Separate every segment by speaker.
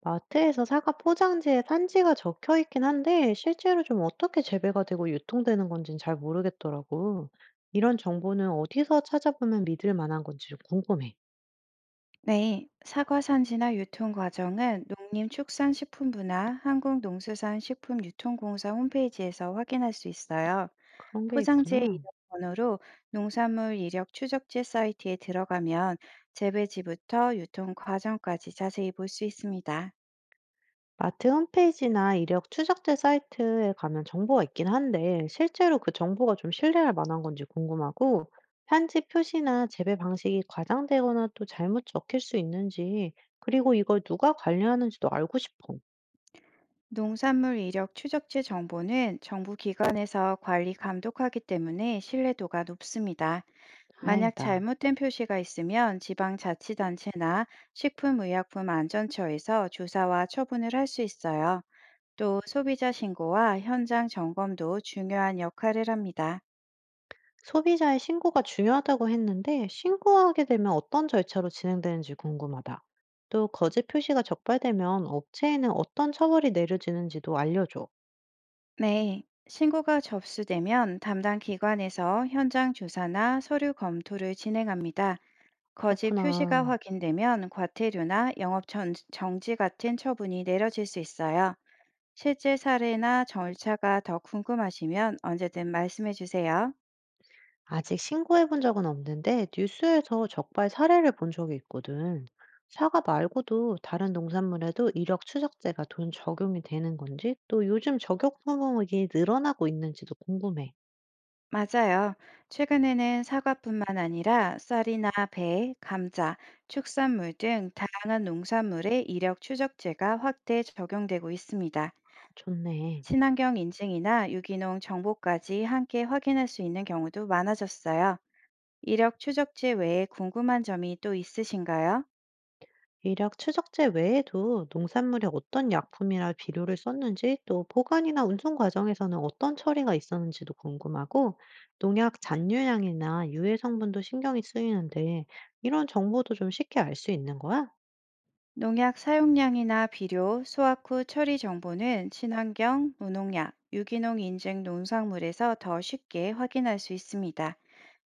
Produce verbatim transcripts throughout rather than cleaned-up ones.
Speaker 1: 마트에서 사과 포장지에 산지가 적혀 있긴 한데, 실제로 좀 어떻게 재배가 되고 유통되는 건지는 잘 모르겠더라고. 이런 정보는 어디서 찾아보면 믿을 만한 건지 좀 궁금해.
Speaker 2: 네, 사과 산지나 유통 과정은 농림축산식품부나 한국농수산식품유통공사 홈페이지에서 확인할 수 있어요.
Speaker 1: 그런 게
Speaker 2: 포장지의
Speaker 1: 있구나.
Speaker 2: 이력 번호로 농산물 이력 추적지 사이트에 들어가면 재배지부터 유통 과정까지 자세히 볼 수 있습니다.
Speaker 1: 마트 홈페이지나 이력 추적제 사이트에 가면 정보가 있긴 한데, 실제로 그 정보가 좀 신뢰할 만한 건지 궁금하고, 편지 표시나 재배 방식이 과장되거나 또 잘못 적힐 수 있는지, 그리고 이걸 누가 관리하는지도 알고 싶어.
Speaker 2: 농산물 이력 추적지 정보는 정부 기관에서 관리 감독하기 때문에 신뢰도가 높습니다. 만약
Speaker 1: 다행이다.
Speaker 2: 잘못된 표시가 있으면 지방자치단체나 식품의약품안전처에서 조사와 처분을 할 수 있어요. 또 소비자 신고와 현장 점검도 중요한 역할을 합니다.
Speaker 1: 소비자의 신고가 중요하다고 했는데 신고하게 되면 어떤 절차로 진행되는지 궁금하다. 또 거짓 표시가 적발되면 업체에는 어떤 처벌이 내려지는지도 알려줘.
Speaker 2: 네, 신고가 접수되면 담당 기관에서 현장 조사나 서류 검토를 진행합니다. 거짓 표시가
Speaker 1: 그렇구나.
Speaker 2: 확인되면 과태료나 영업 전- 정지 같은 처분이 내려질 수 있어요. 실제 사례나 절차가 더 궁금하시면 언제든 말씀해 주세요.
Speaker 1: 아직 신고해 본 적은 없는데 뉴스에서 적발 사례를 본 적이 있거든. 사과 말고도 다른 농산물에도 이력 추적제가 돈 적용이 되는 건지 또 요즘 적용 품목이 늘어나고 있는지도 궁금해.
Speaker 2: 맞아요. 최근에는 사과뿐만 아니라 쌀이나 배, 감자, 축산물 등 다양한 농산물의 이력 추적제가 확대 적용되고 있습니다.
Speaker 1: 좋네.
Speaker 2: 친환경 인증이나 유기농 정보까지 함께 확인할 수 있는 경우도 많아졌어요. 이력 추적지 외에 궁금한 점이 또 있으신가요?
Speaker 1: 이력 추적제 외에도 농산물에 어떤 약품이나 비료를 썼는지 또 보관이나 운송 과정에서는 어떤 처리가 있었는지도 궁금하고 농약 잔류량이나 유해 성분도 신경이 쓰이는데 이런 정보도 좀 쉽게 알 수 있는 거야?
Speaker 2: 농약 사용량이나 비료, 수확 후 처리 정보는 친환경, 무농약, 유기농 인증 농산물에서 더 쉽게 확인할 수 있습니다.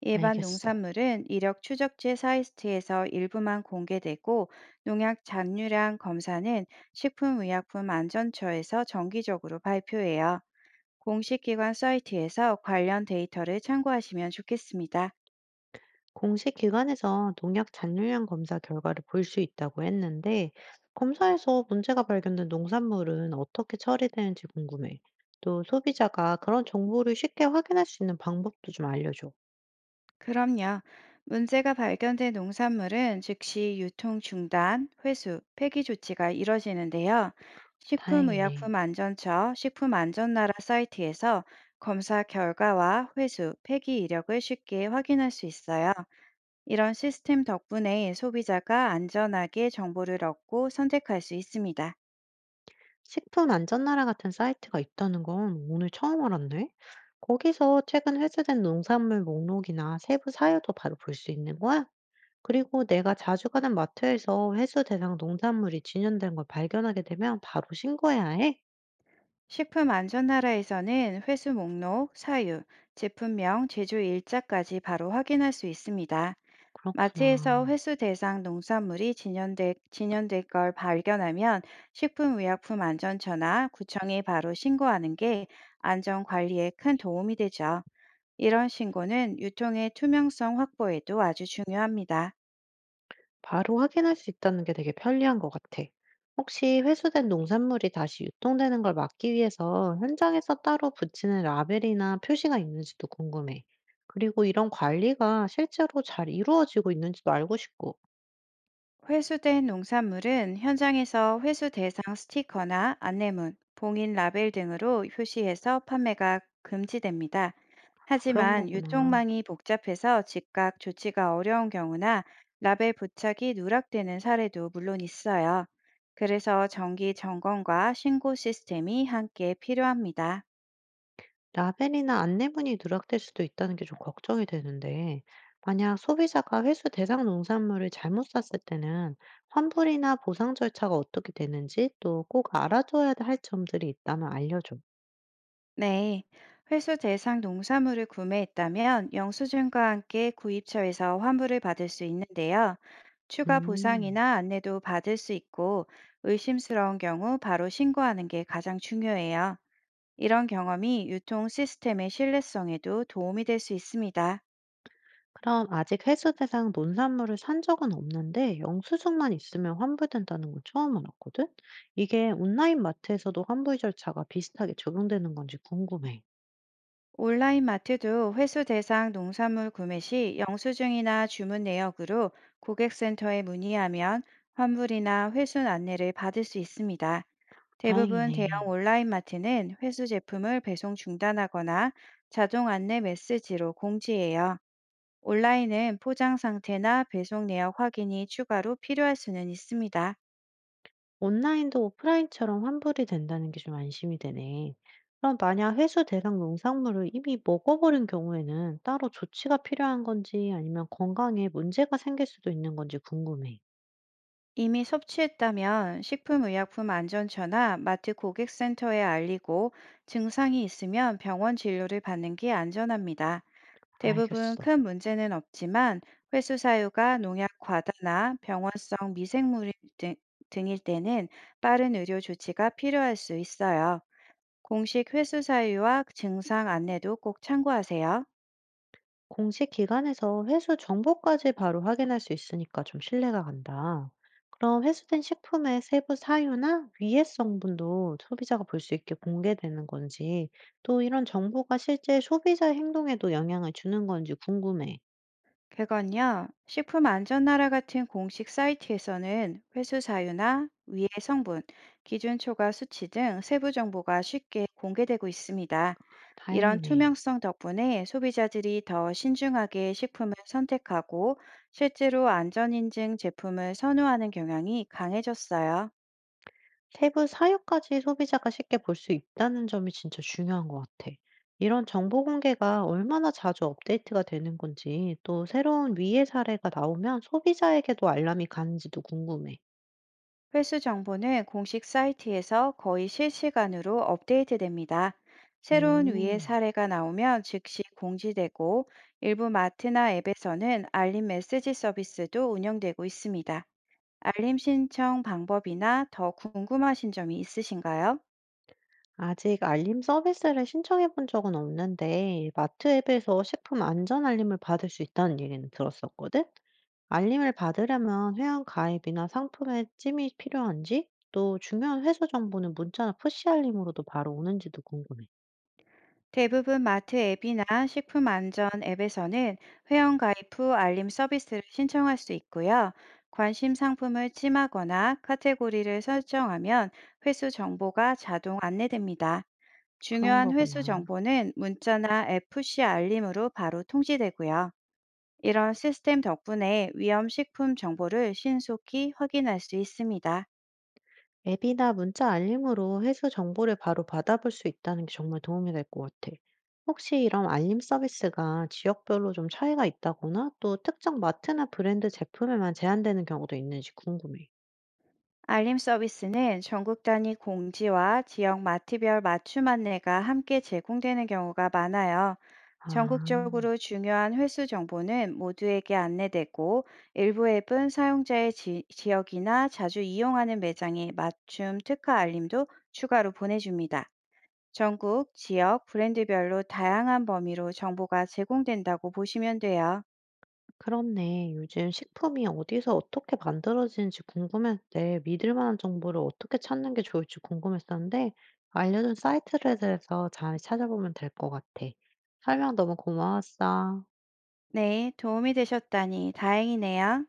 Speaker 2: 일반
Speaker 1: 알겠어.
Speaker 2: 농산물은 이력 추적지 사이트에서 일부만 공개되고 농약 잔류량 검사는 식품의약품안전처에서 정기적으로 발표해요. 공식 기관 사이트에서 관련 데이터를 참고하시면 좋겠습니다.
Speaker 1: 공식 기관에서 농약 잔류량 검사 결과를 볼 수 있다고 했는데 검사에서 문제가 발견된 농산물은 어떻게 처리되는지 궁금해. 또 소비자가 그런 정보를 쉽게 확인할 수 있는 방법도 좀 알려줘.
Speaker 2: 그럼요. 문제가 발견된 농산물은 즉시 유통 중단, 회수, 폐기 조치가 이뤄지는데요.
Speaker 1: 다행이네.
Speaker 2: 식품의약품안전처 식품안전나라 사이트에서 검사 결과와 회수, 폐기 이력을 쉽게 확인할 수 있어요. 이런 시스템 덕분에 소비자가 안전하게 정보를 얻고 선택할 수 있습니다.
Speaker 1: 식품 안전 나라 같은 사이트가 있다는 건 오늘 처음 알았네. 거기서 최근 회수된 농산물 목록이나 세부 사유도 바로 볼 수 있는 거야? 그리고 내가 자주 가는 마트에서 회수 대상 농산물이 진연된 걸 발견하게 되면 바로 신고해야 해?
Speaker 2: 식품 안전 나라에서는 회수 목록, 사유, 제품명, 제조 일자까지 바로 확인할 수 있습니다.
Speaker 1: 그렇구나.
Speaker 2: 마트에서 회수 대상 농산물이 진연돼, 진연될 걸 발견하면 식품의약품안전처나 구청에 바로 신고하는 게 안전 관리에 큰 도움이 되죠. 이런 신고는 유통의 투명성 확보에도 아주 중요합니다.
Speaker 1: 바로 확인할 수 있다는 게 되게 편리한 것 같아. 혹시 회수된 농산물이 다시 유통되는 걸 막기 위해서 현장에서 따로 붙이는 라벨이나 표시가 있는지도 궁금해. 그리고 이런 관리가 실제로 잘 이루어지고 있는지도 알고 싶고.
Speaker 2: 회수된 농산물은 현장에서 회수 대상 스티커나 안내문, 봉인 라벨 등으로 표시해서 판매가 금지됩니다.
Speaker 1: 아, 그런
Speaker 2: 하지만
Speaker 1: 거구나.
Speaker 2: 유통망이 복잡해서 즉각 조치가 어려운 경우나 라벨 부착이 누락되는 사례도 물론 있어요. 그래서 정기 점검과 신고 시스템이 함께 필요합니다.
Speaker 1: 라벨이나 안내문이 누락될 수도 있다는 게 좀 걱정이 되는데, 만약 소비자가 회수 대상 농산물을 잘못 샀을 때는 환불이나 보상 절차가 어떻게 되는지 또 꼭 알아줘야 할 점들이 있다면 알려줘.
Speaker 2: 네, 회수 대상 농산물을 구매했다면 영수증과 함께 구입처에서 환불을 받을 수 있는데요. 추가
Speaker 1: 음.
Speaker 2: 보상이나 안내도 받을 수 있고 의심스러운 경우 바로 신고하는 게 가장 중요해요. 이런 경험이 유통 시스템의 신뢰성에도 도움이 될 수 있습니다.
Speaker 1: 그럼 아직 해수대상 논산물을 산 적은 없는데 영수증만 있으면 환불된다는 건 처음 알았거든? 이게 온라인 마트에서도 환불 절차가 비슷하게 적용되는 건지 궁금해.
Speaker 2: 온라인 마트도 회수 대상 농산물 구매 시 영수증이나 주문 내역으로 고객센터에 문의하면 환불이나 회순 안내를 받을 수 있습니다. 대부분 대형
Speaker 1: 다행이네.
Speaker 2: 온라인 마트는 회수 제품을 배송 중단하거나 자동 안내 메시지로 공지해요. 온라인은 포장 상태나 배송 내역 확인이 추가로 필요할 수는 있습니다.
Speaker 1: 온라인도 오프라인처럼 환불이 된다는 게 좀 안심이 되네. 그럼 만약 해수 대상 농산물을 이미 먹어버린 경우에는 따로 조치가 필요한 건지 아니면 건강에 문제가 생길 수도 있는 건지 궁금해.
Speaker 2: 이미 섭취했다면 식품의약품안전처나 마트 고객센터에 알리고 증상이 있으면 병원 진료를 받는 게 안전합니다. 대부분
Speaker 1: 알겠어.
Speaker 2: 큰 문제는 없지만 회수 사유가 농약 과다나 병원성 미생물 등, 등일 때는 빠른 의료 조치가 필요할 수 있어요. 공식 회수 사유와 증상 안내도 꼭 참고하세요.
Speaker 1: 공식 기관에서 회수 정보까지 바로 확인할 수 있으니까 좀 신뢰가 간다. 그럼 회수된 식품의 세부 사유나 위해 성분도 소비자가 볼 수 있게 공개되는 건지, 또 이런 정보가 실제 소비자 행동에도 영향을 주는 건지 궁금해.
Speaker 2: 그건요, 식품 안전 나라 같은 공식 사이트에서는 회수 사유나 위의 성분, 기준 초과 수치 등 세부 정보가 쉽게 공개되고 있습니다. 이런
Speaker 1: 다행이네.
Speaker 2: 투명성 덕분에 소비자들이 더 신중하게 식품을 선택하고 실제로 안전 인증 제품을 선호하는 경향이 강해졌어요.
Speaker 1: 세부 사유까지 소비자가 쉽게 볼 수 있다는 점이 진짜 중요한 것 같아. 이런 정보 공개가 얼마나 자주 업데이트가 되는 건지, 또 새로운 위해 사례가 나오면 소비자에게도 알람이 가는지도 궁금해.
Speaker 2: 횟수 정보는 공식 사이트에서 거의 실시간으로 업데이트됩니다. 새로운 위해
Speaker 1: 음.
Speaker 2: 사례가 나오면 즉시 공지되고 일부 마트나 앱에서는 알림 메시지 서비스도 운영되고 있습니다. 알림 신청 방법이나 더 궁금하신 점이 있으신가요?
Speaker 1: 아직 알림 서비스를 신청해 본 적은 없는데 마트 앱에서 식품 안전 알림을 받을 수 있다는 얘기는 들었었거든? 알림을 받으려면 회원 가입이나 상품의 찜이 필요한지, 또 중요한 회수 정보는 문자나 푸시 알림으로도 바로 오는지도 궁금해.
Speaker 2: 대부분 마트 앱이나 식품 안전 앱에서는 회원 가입 후 알림 서비스를 신청할 수 있고요. 관심 상품을 찜하거나 카테고리를 설정하면 회수 정보가 자동 안내됩니다.
Speaker 1: 그런
Speaker 2: 중요한 회수
Speaker 1: 거구나.
Speaker 2: 정보는 문자나 에프씨 알림으로 바로 통지되고요. 이런 시스템 덕분에 위험 식품 정보를 신속히 확인할 수 있습니다.
Speaker 1: 앱이나 문자 알림으로 회수 정보를 바로 받아볼 수 있다는 게 정말 도움이 될 것 같아. 혹시 이런 알림 서비스가 지역별로 좀 차이가 있다거나 또 특정 마트나 브랜드 제품에만 제한되는 경우도 있는지 궁금해.
Speaker 2: 알림 서비스는 전국 단위 공지와 지역 마트별 맞춤 안내가 함께 제공되는 경우가 많아요.
Speaker 1: 아,
Speaker 2: 전국적으로 중요한 횟수 정보는 모두에게 안내되고 일부 앱은 사용자의 지, 지역이나 자주 이용하는 매장에 맞춤 특화 알림도 추가로 보내줍니다. 전국, 지역, 브랜드별로 다양한 범위로 정보가 제공된다고 보시면 돼요.
Speaker 1: 그렇네. 요즘 식품이 어디서 어떻게 만들어지는지 궁금했는데 믿을 만한 정보를 어떻게 찾는 게 좋을지 궁금했었는데 알려준 사이트를 해서 잘 찾아보면 될 것 같아. 설명 너무 고마웠어.
Speaker 2: 네, 도움이 되셨다니 다행이네요.